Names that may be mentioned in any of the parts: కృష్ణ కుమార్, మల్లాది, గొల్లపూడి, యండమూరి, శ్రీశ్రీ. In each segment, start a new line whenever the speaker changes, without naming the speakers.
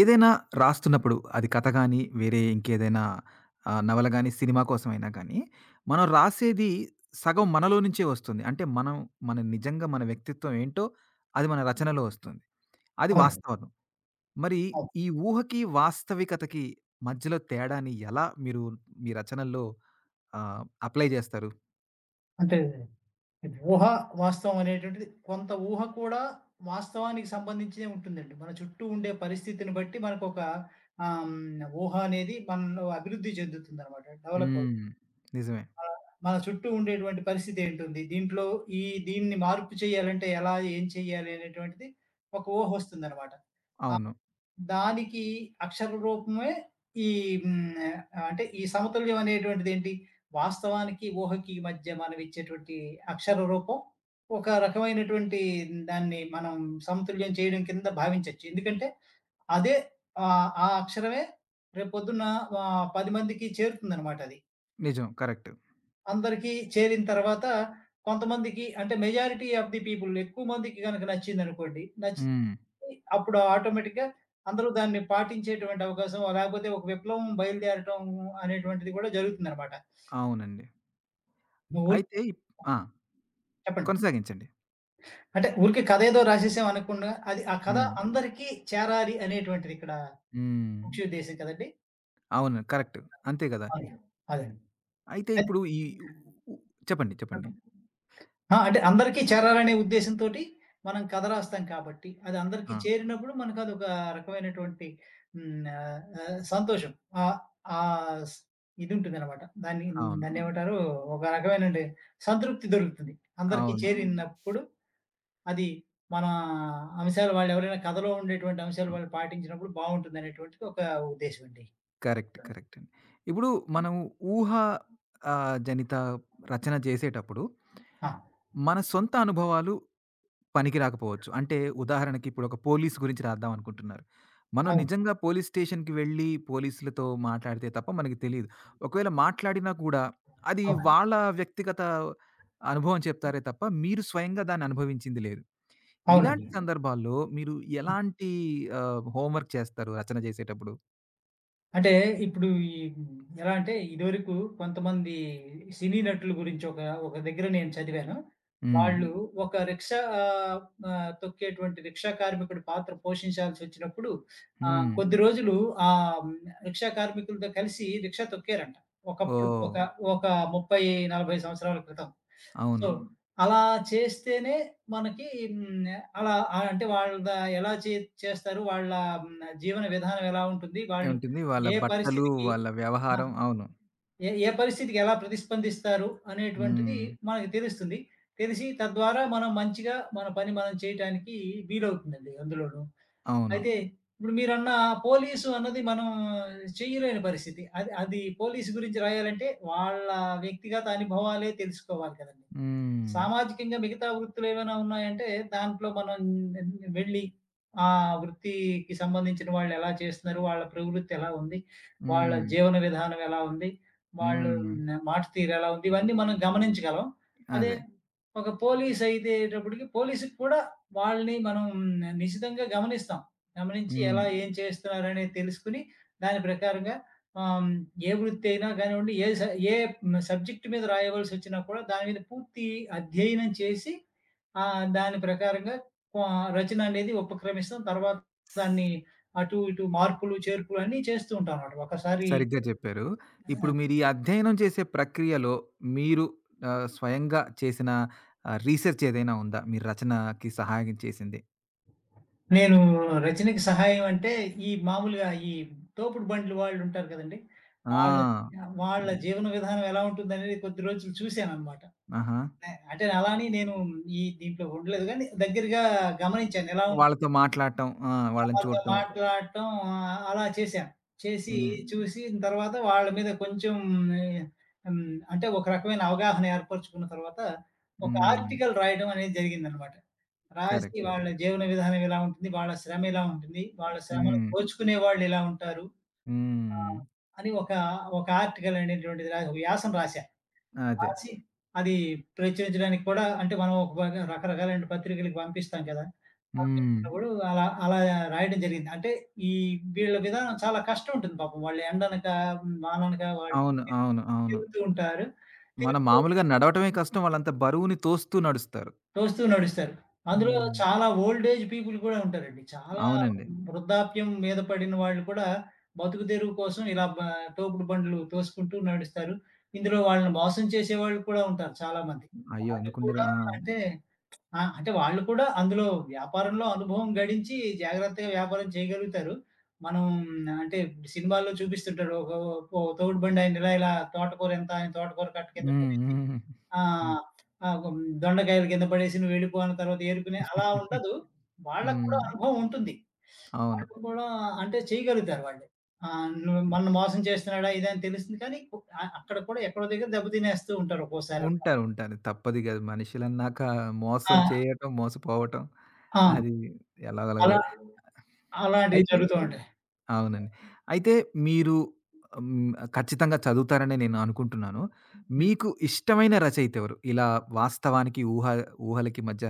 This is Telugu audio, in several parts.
ఏదైనా రాస్తున్నప్పుడు అది కథ గానీ, వేరే ఇంకేదైనా నవల గానీ, సినిమా కోసమైనా గానీ, మనం రాసేది సగం మనలో నుంచే వస్తుంది. అంటే మన నిజంగా మన వ్యక్తిత్వం ఏంటో అది మన రచనలో వస్తుంది. అది
అవునండి.
వాస్తవం. మరి
అవును.
ఈ ఊహకి, వాస్తవికతకి మధ్యలో తేడాని ఎలా మీరు మీ రచనల్లో అప్లై జేస్తారు?
అంటే ఇది ఊహ, వాస్తవం అనేటువంటిది కొంత ఊహ కూడా వాస్తవానికి సంబంధించే ఉంటుందండి. మన చుట్టూ ఉండే పరిస్థితిని బట్టి మనకొక ఊహ అనేది మనలో అభివృద్ధి చెందుతుందనమాట. డెవలప్ అవుతుంది.
హ్మ్. నిజమే.
మన మన చుట్టూ ఉండేటువంటి పరిస్థితి ఏంటుంది? దీంట్లో ఈ దీన్ని మార్పు చేయాలంటే ఎలా? ఏం చేయాలి? అనేటువంటిది ఒక ఊహొస్తుందనమాట.
అవును.
దానికి అక్షర రూపమే ఈ హ్మ్. అంటే ఈ సమతుల్యం అనేటువంటిదేంటి? వాస్తవానికి, ఊహకి మధ్య మనం ఇచ్చేటువంటి అక్షర రూపం ఒక రకమైనటువంటి దాన్ని మనం సమతుల్యం చేయడం కింద భావించొచ్చు. ఎందుకంటే అదే ఆ అక్షరమే రేపొద్దున్న 10 మందికి చేరుతుందనమాట అది.
నిజం. కరెక్ట్.
అందరికీ చేరిన తర్వాత కొంతమందికి అంటే మెజారిటీ ఆఫ్ ది పీపుల్ ఎక్కువ మందికి గనక నచ్చిందనుకోండి. నచ్చి
హ్మ్.
అప్పుడు ఆటోమేటిక్‌గా అందరూ దాన్ని పాటించేటువంటి అవకాశం లేకపోతే ఒక విప్లవం బయలుదేరటం అనేటువంటిది కూడా జరుగుతుందనమాట.
అవునండి.
నువ్వు
అయితే ఆ!
చెప్పండి.
కొనసాగించండి.
అంటే ఊరికే కథ ఏదో రాసేసాం అనకుండా అది ఆ కథ
హ్మ్.
అందరికీ చేరాలి అనేటువంటిది ఇక్కడ
హ్మ్.
ముఖ్య ఉద్దేశ్యం కదండీ!
అవును. కరెక్ట్. అంతే గదా!
అవును. అదే.
అయితే
అయితే
ఇప్పుడు ఈ ఉ చెప్పండి. చెప్పండి.
చెప్పండి. ఆ! అంటే అందరికీ చేరాలనే ఉద్దేశంతోటి మనం కథ రాస్తాం కాబట్టి, అది అందరికీ
ఆ!
చేరినప్పుడు మనకదొక రకమైనటువంటి హ్మ్. ఆహ్, సంతోషం. ఆహ్, ఆహ్, స్ ఇదుంటుందనమాట. దాన్ని
అవును.
దాన్నేమంటారు? ఒక రకమైనండి సంతృప్తి దొరుకుతుంది. అందరికీ
అవును.
చేరినప్పుడు అది మన అంశాలు వాళ్ళెవరైనా కథలో ఉండేటువంటి అంశాలు
అవును.
వాళ్ళు పాటించినప్పుడు బావుంటుందనేటువంటిది ఒక ఉద్దేశం అండి.
కరెక్ట్. కరెక్ట్ అండి. ఇప్పుడు మనం ఊహ జనిత రచన చేసేటప్పుడు
ఆ!
మన సొంత అనుభవాలు పనికి రాకపోవచ్చు. అంటే ఉదాహరణకి ఇప్పుడు ఒక పోలీస్ గురించి రాద్దాం అనుకుంటున్నారు. మనం
అవును.
నిజంగా పోలీస్ స్టేషన్‌కి వెళ్లి పోలీసులతో మాట్లాడితే తప్ప మనకి తెలీదు. ఒకవేళ మాట్లాడినా కూడా అది
అవును.
వాళ్ళ వ్యక్తిగత అనుభవం చెప్తారే తప్ప మీరు స్వయంగా దాన్ని అనుభవించింది లేదు.
అవునండి.
ఇలాంటి సందర్భాల్లో మీరు ఎలాంటి హోంవర్క్ చేస్తారు రచన చేసేటప్పుడు?
అంటే ఇప్పుడు ఎలా అంటే ఇదివరకు కొంతమంది సినీ నటుల గురించి ఒక ఒక దగ్గర నేను చదివాను.
హ్మ్.
వాళ్ళు ఒక రిక్షా ఆహ్, ఆహ్, తొక్కేటువంటి రిక్షా కార్మికుడి పాత్ర పోషించాల్సొచ్చినప్పుడు
హ్మ్.
కొద్ది రోజులు ఆ హ్మ్, రిక్షా కార్మికులతో కలిసి రిక్షా తొక్కారంట. ఒకప్పుడు
ఓహ్!
ఒక ఓహో! ఒక 30, 40 సంవత్సరాల క్రితం. సో,
అవును.
హ్మ్. అలా చేస్తేనే మనకి హ్మ్, అలా అంటే వాళ్ళ ఎలా చే చేస్తారు? వాళ్ళ హ్మ్, జీవన విధానం ఎలా ఉంటుంది? వాళ్ళు
ఏముంటుంది వాళ్ళ
ఏ
బట్టలు,
పరిస్థితికి
వాళ్ళ
ఆ!
వ్యవహారం. అవును.
ఏ ఏ పరిస్థితికి ఎలా ప్రతిస్పందిస్తారు అనేటువంటిది
హ్మ్.
మనకు తెలుస్తుంది. తెలిసి తద్వారా మనం మంచిగా మన పని మనం చేయటానికి వీలవుతుందండి అందులోను.
అవును.
అయితే ఇప్పుడు మీరన్న పోలీసు అన్నది మనం చేయలేని పరిస్థితి. అది అది పోలీసు గురించి రాయాలంటే వాళ్ళ వ్యక్తిగత అనుభవాలే తెలుసుకోవాలి కదండీ!
హ్మ్.
సామాజికంగా మిగతా వృత్తులేమైనా ఉన్నాయంటే, దాంట్లో మనం వెళ్ళి ఆ వృత్తికి సంబంధించిన వాళ్ళెలా చేస్తున్నారు? వాళ్ళ ప్రవృత్తి ఎలా ఉంది? వాళ్ళ
హ్మ్.
జీవన విధానం ఎలా ఉంది? వాళ్ళు
హ్మ్.
న మాట తీరెలా ఉంది? ఇవన్నీ మనం గమనించగలం. అదే
అదే.
ఒక పోలీస్ అయ్యేటప్పటికి పోలీస్‌కి కూడా వాళ్ళని మనం నిశితంగా గమనిస్తాం. గమనించి
హ్మ్.
ఎలా ఏం చేస్తున్నారనేది తెలుసుకొని దాని ప్రకారంగా ఆహ్, హ్మ్. ఏ వృత్తి అయినా గానివ్వండి, ఏ సబ్జెక్ట్ మీద రాయవలసొచ్చినా కూడా దాని మీద పూర్తి అధ్యయనం చేసి, దాని ప్రకారంగా క్వ రచన అనేది ఉపక్రమిస్తాం. తర్వాత దాన్ని అటు, ఇటు మార్పులు, చేర్పులు అన్నీ చేస్తూ ఉంటానమాట. ఒకసారి
సరిగ్గా చెప్పారు. ఇప్పుడు
ఆ!
మీరు ఈ అధ్యయనం చేసే ప్రక్రియలో మీరు స్వయంగా చేసిన రీసెర్చ్ ఏదైనా ఉందా? మీ రచనకి సహాయం చేసింది?
నేను రచనకి సహాయం అంటే, మామూలుగా తోపుడు బండ్లు వాళ్ళుంటారు కదండీ! వాళ్ళ
ఆ!
వాళ్ళ
హ్మ్.
జీవన విధానం ఎలా ఉంటుందనేది కొద్ది రోజులు చూసాననమాట.
ఆహా!
నే అంటే అలా అని నేను దీంట్లో ఉండలేదు గానీ, దగ్గరగా గమనించాను. ఎలా ఉంటుందో
వాళ్ళతో మాట్లాడటం. ఆ! వాళ్ళని
వాళ్ళతో
చూడటం.
మాట్లాడటం అలా చేశాను. చేసి
హ్మ్.
చూసిన తర్వాత వాళ్ళ మీద కొంచెం అంటే ఒక రకమైన అవగాహన ఏర్పరుచుకున్న తర్వాత ఒక
హ్మ్.
ఆర్టికల్ రాయడం అనేది జరిగిందనమాట. రాసి
కరెక్ట్.
వాళ్ళ
కరెక్ట్.
జీవన విధానం ఎలా ఉంటుంది? వాళ్ళ శ్రమ ఎలా ఉంటుంది? వాళ్ళ శ్రమను
హ్మ్.
దోచుకునే వాళ్ళు ఎలా ఉంటారు? ఆ!
హ్మ్.
అని ఒక ఆర్టికల్ అనేటువంటిది వ్యాసం రాశా.
అదే.
రాసి అది ప్రచురించడానికి కూడా అంటే మనం ఒక బాగా రకరకాలైన పత్రికలకి పంపిస్తాం కదా!
హ్మ్.
పంపించినప్పుడు అలా అలా రాయడం జరిగింది. అంటే ఈ వీళ్ళ విధానం చాలా కష్టం ఉంటుంది పాపం. వాళ్ళు ఎండనక, వాననక వాళ్ళు
అవును. అవును. అవును.
తిరుగుతూ ఉంటారు.
మనం
తిరుగుతూ
మామూలుగా నడవటమే కష్టం. వాళ్ళంత బరువుని తోస్తూ నడుస్తారు.
తోస్తూ నడుస్తారు. అందులో
హ్మ్.
చాలా ఓల్డ్ ఏజ్ పీపుల్ కూడా ఉంటారండి. చాలా
అవునండి.
వృద్ధాప్యం మీద పడిన వాళ్ళు కూడా బతుకు తెరువు కోసం ఇలా బ తోపుడు బండ్లు తోసుకుంటూ నడుస్తారు. ఇందులో వాళ్ళని మోసం చేసేవాళ్ళు కూడా ఉంటారు చాలామంది.
అయ్యో!
వాళ్ళు
ఎందుకుండరు.
కూడా
ఆ!
అంటే ఆ! అంటే వాళ్ళు కూడా అందులో వ్యాపారంలో అనుభవం గడించి జాగ్రత్తగా వ్యాపారం చేయగలుగుతారు. మనం అంటే సినిమాల్లో చూపిస్తుంటారు. ఒక ఓ తోపుడు బండాయన ఇలా ఇలా తోటకూర ఎంత ఆయన తోటకూర కట్ట కింద పడేసి
హ్మ్.
ఆ!
హ్మ్.
దొండకాయలు కింద పడేసి నువ్వు వెళ్ళిపో అన్న తర్వాత ఏరుకునే అలా ఉండదు. వాళ్ళకి కూడా
హ్మ్.
అనుభవం ఉంటుంది.
అవును.
వాళ్ళు కూడా అంటే చేయగలుగుతారు వాళ్ళు. నువ్వు మనల్ని మోసం చేస్తున్నాడా ఇది అని తెలుస్తుంది కానీ అక్కడ కూడా ఎక్కడో దగ్గర దెబ్బ తినేస్తూ ఉంటారు ఒక్కోసారి.
ఉంటారు. ఉంటారు. తప్పదు కదా! మనుషులన్నాక మోసం
ఆ!
చేయటం, మోసపోవటం
ఆ!
అది ఎలాగోలా
అలా
జరు
అలాంటివి
అయితే
జరుగుతూ ఉంటాయి.
అవునండి. అయితే మీరు హ్మ్. ఖచ్చితంగా చదువుతారనే నేను అనుకుంటున్నాను.
హ్మ్.
మీకు ఇష్టమైన రచయిత ఎవరు? ఇలా వాస్తవానికి, ఊహలకి మధ్య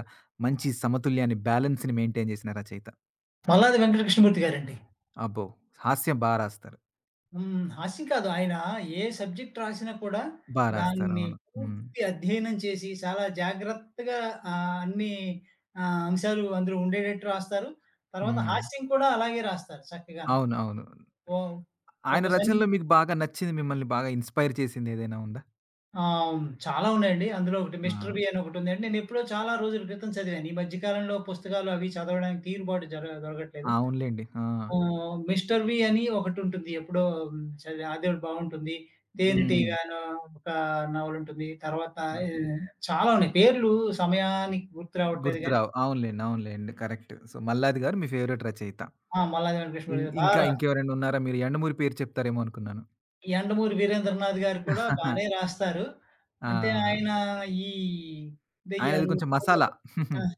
మంచి సమతుల్యాన్ని, బ్యాలెన్స్‌ని మెయింటైన్ చేసిన రచయిత.
మల్లాది వెంకట కృష్ణమూర్తి గారండి.
అబ్బో! హాస్యం బా రాస్తారు.
హ్మ్. హాస్యం కాదు. ఆయన ఏ సబ్జెక్ట్ రాసినా కూడా
బా
హ్మ్.
రాస్తారు.
దాన్ని
అవును. హ్మ్.
పూర్తి అధ్యయనం చేసి, చాలా జాగ్రత్తగా అన్ని అంశాలు అందులో ఉండేటట్టు రాస్తారు. తర్వాత
హ్మ్.
హాస్యం కూడా అలాగే రాస్తారు చక్కగాను.
అవును. అవును.
ఓ
ఆయన
ఒక సన్
రచనలో మీకు బాగా నచ్చింది, మిమ్మల్ని బాగా ఇన్‌స్పైర్ చేసింది ఏదైనా ఉందా?
ఆహ్, చాలా ఉన్నాయండి. అందులో ఒకటి
ఆ!
'మిస్టర్ బి' అని ఒకటుందండి. నేనెప్పుడో చాలా రోజుల క్రితం చదివాను. ఈ మధ్య కాలంలో పుస్తకాలు అవి చదవడానికి తీరుబాటు జర దొరకట్లేదు.
అవునులెండి. ఆ!
'మిస్టర్ వి' అని ఒకటుంటుంది. ఎప్పుడో చదివా. అది ఒకటి బావుంటుంది.
హ్మ్.
'తేనెటీగ' అనో ఒక నావెలుంటుంది. తర్వాత ఈ చాలా ఉన్నాయి. పేర్లు సమయానికి గుర్తు రావట్లేదు గానీ
గుర్తురావు. అవునులెండి. అవునులెండి. కరెక్ట్. సో, మల్లాది గారు మీ ఫేవరెట్ రచయిత.
ఆ! 'మల్లాది వెంకటేశ్వర' గారు బాగా
ఇంకా
రాస్తారు.
ఇంకెవరైనా ఉన్నారా? మీరు 'యండమూరి' పేరు చెప్తారేమో అనుకున్నాను.
ఈ 'యండమూరి వీరేంద్రనాథ్' గారు కూడా బానే రాస్తారు. అంటే
ఆ!
ఆయన ఈ
ఆయనది
దెయ్యాలు,
కొంచెం
భూతాలు
మసాలా.
ఆ!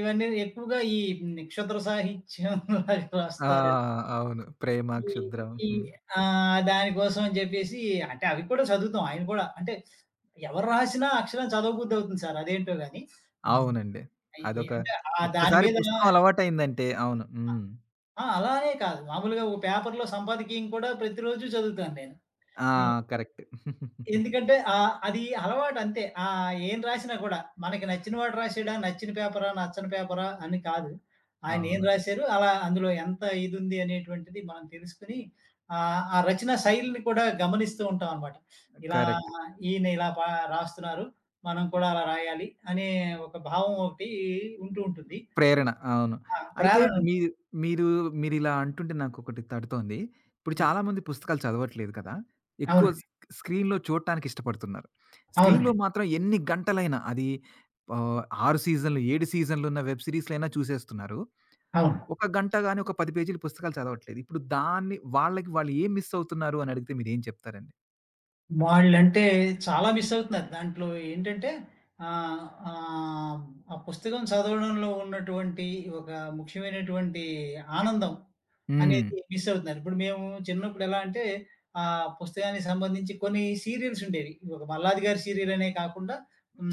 ఇవన్నీ ఎక్కువగా నక్షత్ర సాహిత్యం లాగా
ఆ!
రాస్తారని
అవును. 'ప్రేమ
ఈ
క్షుద్రం.'
ఈ
హ్మ్.
ఆ! దానికోసం అని జెప్పేసి అంటే అవి కూడా చదువుతాం. ఆయన కూడా అంటే ఎవరు రాసినా అక్షరం చదవబుద్ధి అవుతుంది సార్ అదేంటో గాని. హ్మ్.
అవునండి.
అయి ఎ
అదొక
అంటే దాని
ఒక్కసారి
మీద
పుస్తకం అలవాటయిందంటే అవును. హ్మ్.
ఆ! అలా అనే కాదు. మామూలుగా ఒక పేపర్‌లో సంపాదకీయం కూడా ప్రతిరోజు చదువుతాను నేను.
ఆ! కరెక్ట్.
ఎందుకంటే అది అలవాటు అంతే. ఏం రాసినా కూడా మనకి నచ్చిన వాడు రాసాడా, నచ్చిన పేపరా, నచ్చని పేపరా అని కాదు. ఆయన ఏం
అవును.
రాసారు, అలా అందులో ఎంత ఇదుంది అనేటువంటిది మనం తెలుసుకొని ఆ రచనా శైలిని కూడా గమనిస్తూ ఉంటాం అనమాట. ఇలా
కరెక్ట్.
ఈయన ఇలా పా రాస్తున్నారు. మనం కూడా అలా రాయాలి అనే ఒక భావం ఒకటి ఉంటూ ఉంటుంది.
ప్రేరణ. అవును.
ఆ!
అయితే
ప్రేరణ. ఉంటుంది.
మీ మీరు మీరిలా అంటుంటే నాకొకటి తడుతోంది. ఇప్పుడు చాలామంది పుస్తకాలు చదవట్లేదు కదా! ఎక్కువ స్
అవునండి.
స్క్రీన్‌లో చూడటానికి ఇష్టపడుతున్నారు. స్క్రీన్‌లో
అవునండి.
మాత్రం ఎన్ని గంటలైనా అది ఆహ్, 6 సీజన్‌లు, 7 సీజన్‌లున్న వెబ్ సీరీస్‌లైనా చూసేస్తున్నారు.
అవును.
ఒక గంట గాని, ఒక 10 పేజీలు పుస్తకాలు చదవట్లేదు. ఇప్పుడు దాన్ని వాళ్ళకి వాళ్ళు ఏం మిస్ అవుతున్నారు అని అడిగితే మీరేం చెప్తారండి?
వాళ్ళంటే చాలా మిస్ అవుతున్నారు. దాంట్లో ఏంటంటే ఆహ్, ఆహ్, ఆ పుస్తకం చదవడంలో ఉన్నటువంటి ఒక ముఖ్యమైనటువంటి ఆనందం
హ్మ్.
అనేది మిస్ అవుతున్నారు. ఇప్పుడు మేము చిన్నప్పుడు ఎలా అంటే ఆ పుస్తకానికి సంబంధించి కొన్ని సీరియల్స్ ఉండేవి. ఒక మల్లాది గారి సీరియల్ అనే కాకుండా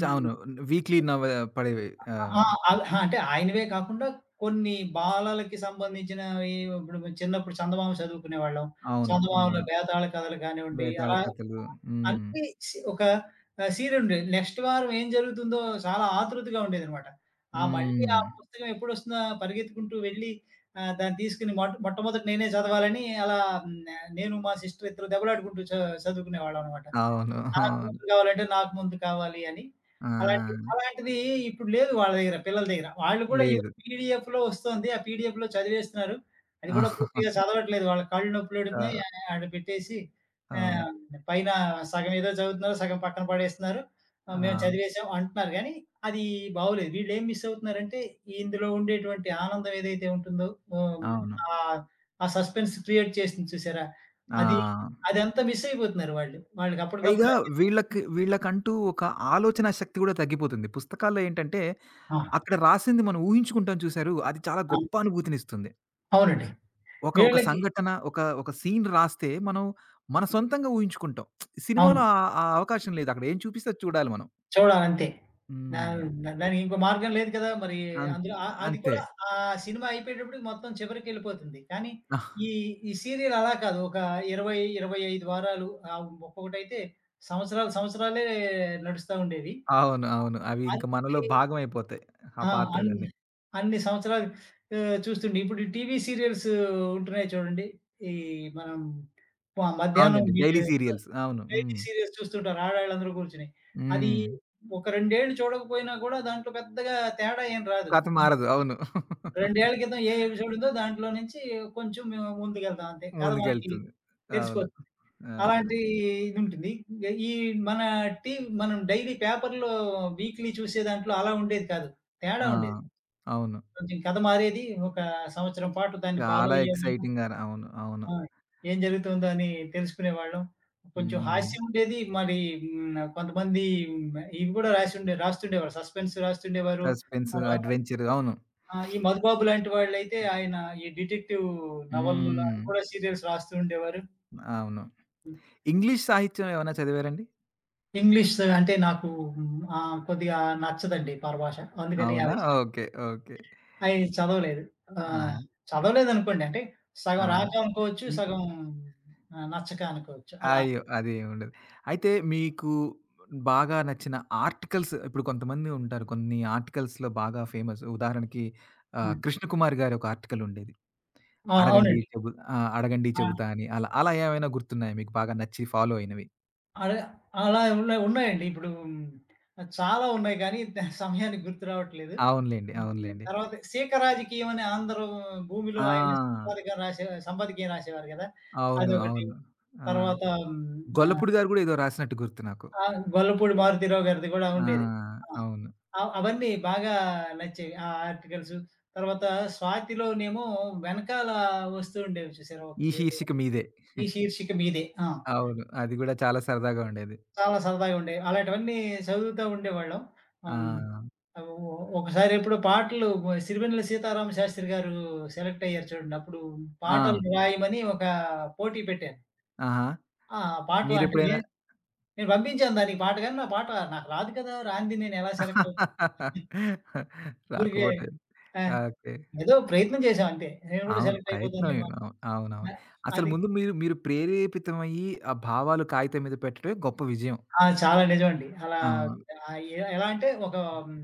చ అవును. వీక్లీ నవ పడేవి. ఆహ్,
ఆ! ఆ! అంటే ఆయనవే కాకుండా కొన్ని బాలలకి సంబంధించినవి ఇప్పుడు చిన్నప్పుడు చందమామ చదువుకునేవాళ్ళం.
అవును.
చందమామలో
అవును.
బేతాళ కథలు కానివ్వండి,
బేతాళ
అలా
కథలు. హ్మ్.
అన్నీ ఒక సీరియల్ ఉండేది. నెక్స్ట్ వారం ఏం జరుగుతుందో చాలా ఆతృతగా ఉండేదనమాట. ఆ మళ్ళీ ఆ
హ్మ్.
పుస్తకం ఎప్పుడొస్తుందా పరిగెత్తుకుంటూ వెళ్ళి దాన్ని తీసుకొని మొట్టమొదట నేనే చదవాలని అలా హ్మ్, నేను మా సిస్టర్ ఇద్దరు దెబ్బలాడుకుంటూ చదువుకునేవాళ్ళం అనమాట.
అవును.
నాకు
అవును.
ముందు కావాలంటే, నాకు ముందు కావాలి అని.
ఆ!
అలాంటిది ఇప్పుడు లేదు వాళ్ళ దగ్గర, పిల్లల దగ్గర. వాళ్ళు కూడా
లేదు.
ఈవెన్ పీడీఎఫ్‌లో వస్తోంది. ఆ పీడీఎఫ్‌లో చదివేస్తున్నారు. అది
ఆ!
కూడా పూర్తిగా చదవట్లేదు. వాళ్ళ కళ్ళు నొప్పులెడుతున్నాయి. ఆడ పెట్టేసి
అవును.
ఆహ్, పైన సగం ఏదో చదువుతున్నారు, సగం పక్కన పడేస్తున్నారు. మేము
ఆ!
చదివేసాం అంటున్నారు గానీ, అది బాగోలేదు. వీళ్ళేం మిస్ అవుతున్నారంటే, ఇందులో ఉండేటువంటి ఆనందం ఏదైతే ఉంటుందో హ్మ్,
అవును.
ఆహ్, ఆ సస్పెన్స్ క్రియేట్ చేసింది చూసారా?
ఆ!
అది అదంతా మిస్ అయిపోతున్నారు వాళ్ళు. వాళ్ళకి అప్పటికప్పుడు
పైగా వీళ్ళకి వీళ్ళకంటూ ఒక ఆలోచనా శక్తి గూడా తగ్గిపోతుంది. పుస్తకాల్లో ఏంటంటే,
ఆ!
అక్కడ రాసింది మనం ఊహించుకుంటాం చూసారు, అది చాలా
ఆ!
గొప్ప అనుభూతినిస్తుంది.
అవునండి.
ఒక ఒక
వీళ్ళకి
సంఘటన, ఒక ఒక సీన్ రాస్తే మనం మన సొంతంగా ఊహించుకుంటాం. సినిమాలో
అవును.
ఆ ఆ అవకాశం లేదు. అక్కడ ఏం చూపిస్తే అది చూడాలి మనం.
చూడాలంతే. దా
హ్మ్.
దా దానికి ఇంకో మార్గం లేదు కదా! మరి
అన్
అందులో అది
అంతే.
కూడా ఆ సినిమా అయిపోయేటప్పటికి మొత్తం చివరికెళ్ళిపోతుంది. కానీ ఈ, ఈ సీరియల్ అలా కాదు. ఒక 20, 25 వారాలు ఒక్కొక్కటైతే సంవత్సరాలే నడుస్తా ఉండేవి.
అవును. అవును. అవి ఇంక మనలో
అన్ని
భాగమైపోతాయి. ఆ
ఆ! అన్ని,
పాత్రలన్నీ.
అన్ని సంవత్సరాలు చూస్తుండే. ఇప్పుడు ఈ టీవీ సీరియల్స్ ఉంటున్నాయి చూడండి. ఈ మనం మ మధ్యాహ్నం
అవునండి.
వీడు
డైలీ సీరియల్స్. అవును.
డైలీ
హ్మ్.
సీరియల్స్ చూస్తుంటారు ఆడాళ్ళందరూ కూర్చొని. అది
హ్మ్.
ఒక 2 ఏళ్ళు చూడకపోయినా కూడా దాంట్లో పెద్దగా తేడా ఏం రాదు.
కథ మారదు. అవును.
2 ఏళ్ల క్రితం ఏ ఎపిసోడ్ ఉందో దాంట్లో నుంచి కొంచెం మేము ముందుకెళ్తాం అంతే. కథ మనకి
ముందుకెళ్తుంది. అవును.
తెలిసిపోతుంది.
ఆ!
అలాంటి ఇదుంటుంది. ఇంగ ఈ మన టీ మనం డైలీ పేపర్‌లో వీక్లీ చూసే దాంట్లో అలా ఉండేది కాదు. తేడా
ఆ!
ఉండేది.
అవును.
కొంచెం కథ మారేది. ఒక సంవత్సరం పాటు దాన్ని ఫాలో
చాలా
అయ్యేవాళ్ళం.
ఎక్సైటింగ్‌గాను అవును. అవును.
ఆ! ఏం జరుగుతుందో అని తెలుసుకునేవాళ్ళం. కొంచెం
హ్మ్.
హాస్యం ఉండేది. మరి కొంతమంది ఇవి కూడా రాస్తుండేవారు. సస్పెన్స్ రాస్తుండేవారు.
సస్పెన్స్,
తర్వాత
అడ్వెంచర్ అవును.
ఆ! ఈ 'మధుబాబు' లాంటి వాళ్ళైతే ఆయన డిటెక్టివ్ నవలలు
హ్మ్.
అవి కూడా సీరియల్స్ రాస్తూ ఉండేవారు.
అవును.
హ్మ్.
ఇంగ్లీష్ సాహిత్యం ఏమైనా చదివారండి?
ఇంగ్లీష్ అంటే నాకు కొద్దిగా నచ్చదండి పరభాష. అందుకని
అవునా?
అవి
ఓకే. ఓకే.
చదవలేదు. ఆహ్,
ఆహా!
చదవలేదనుకోండి. అంటే
ఆ!
సగం రాక అనుకోవచ్చు. సగం నచ్చక అనుకోవచ్చు. అలా.
అయ్యో! అదేముండదు. అయితే మీకు బాగా నచ్చిన ఆర్టికల్స్ ఇప్పుడు కొంతమంది ఉంటారు. కొన్ని ఆర్టికల్స్‌లో బాగా ఫేమస్. ఉదాహరణకి
ఆ!
కృష్ణ కుమార్ గారి ఒక ఆర్టికల్ ఉండేది.
ఆ!
అడగండి
అవునండి.
చెబు ఆ! అడగండి చెబుతా
ఆ!
అని. అలా అలా ఏమైనా గుర్తున్నాయా మీకు బాగా నచ్చి ఫాలో అయినవి?
అలా అలా ఉన్నాయండి. ఇప్పుడు చాలా ఉన్నాయి కానీ ద- సమయానికి గుర్తు రావట్లేదు.
అవునులెండి.
హ్మ్.
అవునులెండి.
తర్వాత 'సీక రాజకీయం' అని భూమిలో ఆయన
ఆ!
రాసే సంపాదకీయం రాసేవారు కదా!
అవును.
అదొకటి.
అవును. ఆ!
తర్వాత హ్మ్.
గొల్లపూడి గారు గూడా ఏదో రాసినట్టు గుర్తు నాకు.
గొల్లపూడి మారుతీరావు గారిది కూడా
ఆ!
ఉండేది. ఆ!
అవును.
అవన్నీ బాగా నచ్చేవి. ఆ ఆర్టికల్స్. తర్వాత 'స్వాతి'లోనేమో వెనకాల వస్తూ ఉండేవి చూసారా
ఈ
ఒకటేదో
శీర్షిక మీదే.
ఈ శీర్షిక మీదే. ఆ!
అవును. అది గూడా చాలా సరదాగా ఉండేది.
చాలా సరదాగా ఉండేవి. అలాంటివన్నీ చదువుతా ఉండేవాళ్ళం.
ఆ!
హ్మ్. ఆహ్, ఒ ఒకసారి ఎప్పుడో పాటలు సిరివెన్నెల సీతారామ శాస్త్రి గారు సెలెక్ట్ అయ్యారు చూడండి. అప్పుడు
ఆ!
పాటలు రాయమని ఒక పోటీ పెట్టాను.
ఆహా!
ఆ! పాటలు అంటే
మీరెప్పుడైనా
నేను నేను పంపించాను దానికి పాట గాని, నా పాట నాకు రాదు కదా! రానిది నేను ఎలా సెలెక్ట్ అవుతాను? ఊరికే
రాకపోతే
ఆ!
ఓకే.
ఏదో ప్రయత్నం చేశాం అంతే. నేను కూడా
అవును.
సెలెక్ట్
ప్రయత్నం
అయిపోతానేమో
అవును. అవునవును.
అని.
అసలు
అది
ముందు మీరు మీరు ప్రేరేపితమయ్యి ఆ భావాలు కాగితం మీద పెట్టడమే గొప్ప విజయం.
ఆ! చాలా నిజమండి. అలా
అవును.
ఆహ్, ఎ ఎలా అంటే ఒక హ్మ్,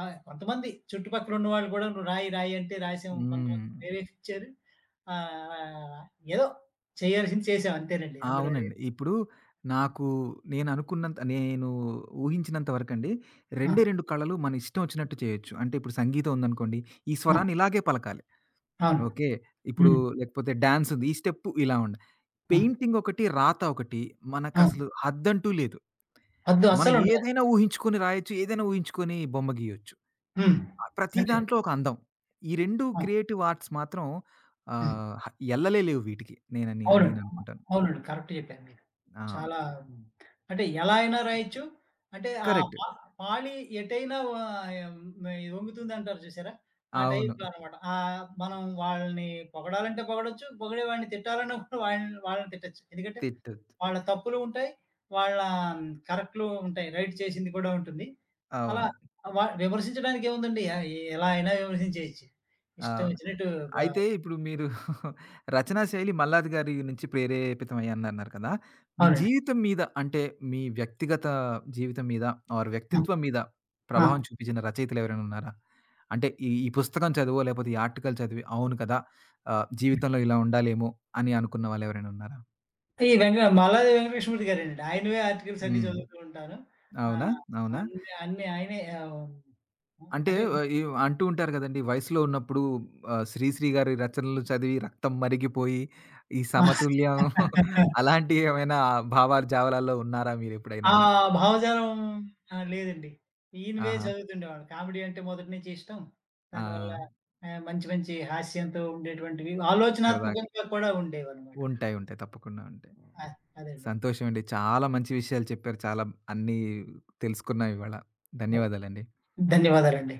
కొంతమంది చుట్టుపక్కల ఉన్నవాళ్ళు కూడా "నువ్వు రాయి, రాయి" అంటే రాసాం.
హ్మ్.
కొంతమంది ప్రేరేపించారు. ఆహ్, ఏదో చేయాల్సింది చేసాం అంతేనండి. అందులో అది
అవునండి. ఇప్పుడు నాకు నేను అనుకున్నంత నేను ఊహించినంత వరకండి,
ఆ!
రెండే 2 కళలు మన ఇష్టం వచ్చినట్టు చేయొచ్చు. అంటే ఇప్పుడు సంగీతం ఉందనుకోండి, ఈ
ఆ!
స్వరాన్ని ఇలాగే పలకాలి.
అవును.
ఓకే. ఇప్పుడు
హ్మ్.
లేకపోతే డాన్స్ ఉంది. ఈ స్టెప్ ఇలా ఉండాలి.
ఆ!
పెయింటింగ్ ఒకటి, రాత ఒకటి
అవును.
మనకసలు హద్దంటూ లేదు.
వద్దు
మనం
అస్సలుండదండి.
ఏదైనా ఊహించుకొని రాయొచ్చు. ఏదైనా ఊహించుకొని బొమ్మ గీయొచ్చు.
హ్మ్.
ప్రతి
అంటే
దాంట్లో ఒక అందం. ఈ 2
ఆ!
క్రియేటివ్ ఆర్ట్స్ మాత్రం
హ్మ్.
ఆహ్, హ ఎల్లలేవు వీటికి. నేనని
అవునండి.
నేననుకుంటాను.
అవునండి. కరెక్ట్ చెప్పారు మీరు.
ఆ!
చాలా అంటే ఎలా అయినా రాయొచ్చు. అంటే ఆ
కరెక్ట్.
పా పాళీ ఎటైనా వా ఆహ్, హ్మ్, వంగుతుందంటారు చూసారా? ఆ
అవును.
టైప్‌లో అన్నమాట. మనం వాళ్ళని పొగడాలంటే పొగడొచ్చు. పొగిడేవాడిని తిట్టాలన్నా కూడా వాళ్ళని వాళ్ళని తిట్టొచ్చు. ఎందుకంటే
తిట్టొచ్చు.
వాళ్ళ తప్పులు ఉంటాయి. వాళ్ళ కరెక్ట్‌లు ఉంటాయి. రైట్ చేసింది కూడా ఉంటుంది. అలా
అవును.
విమర్శించడానికి ఏముందండి? ఎలా అయినా విమర్శించేయొచ్చు. ఇష్టం
అవును.
వచ్చినట్టు బ
అయితే ఇప్పుడు మీరు రచనా శైలి మల్లాది గారి నుంచి ప్రేరేపితమయ్యిందన్నారు కదా! మీ
అవునండి.
జీవితం మీద అంటే మీ వ్యక్తిగత జీవితం మీద ఆర్
ఆ!
వ్యక్తిత్వం మీద
ఆ!
ప్రభావం చూపించిన రచయితలు ఎవరైనా ఉన్నారా? అంటే ఈ ఈ పుస్తకం చదివో లేకపోతే ఈ ఆర్టికల్ చదివి అవును కదా! జీవితంలో ఇలా ఉండాలేమో అని అనుకున్న వాళ్ళెవరైనా ఉన్నారా?
ఈ వెంక మల్లాది వెంకటలక్ష్మీపతి గారేనండి. ఆయనవే ఆర్టికల్స్ అన్నీ
హ్మ్.
చదువుతూ ఉంటాను.
అవునా?
ఆహ్,
అవునా?
అన్ని అన్ని ఆయనే
అంటే
అంటే
ఆహ్, ఈ అంటూ ఉంటారు గదండీ! వయసులో ఉన్నప్పుడు 'శ్రీశ్రీ' గారి రచనలు చదివి రక్తం మరిగిపోయి, ఈ సమతుల్యం అలాంటి ఏమైనా భావాలు, జావలాల్లో ఉన్నారా మీరెప్పుడైనా
ఆ
అని?
భావజాలం లేదండి. ఈయనవే
ఆహా!
చదువుతుండేవాళ్ళం. కామెడీ అంటే మొదటి నుంచి ఇష్టం.
ఆ!
దానివల్ల మంచి మంచి హాస్యంతో ఉండేటువంటివి
సరదాగా.
ఆలోచనాత్మకంగా కూడా ఉండేవన్నమాట.
ఉంటాయి. ఉంటాయి. తప్పకుండా ఉంటాయి.
ఆ! అదండి.
సంతోషమండి. చాలా మంచి విషయాలు చెప్పారు. చాలా అన్నీ తెలుసుకున్నాం ఇవాళ. ధన్యవాదాలండి.
ధన్యవాదాలండి.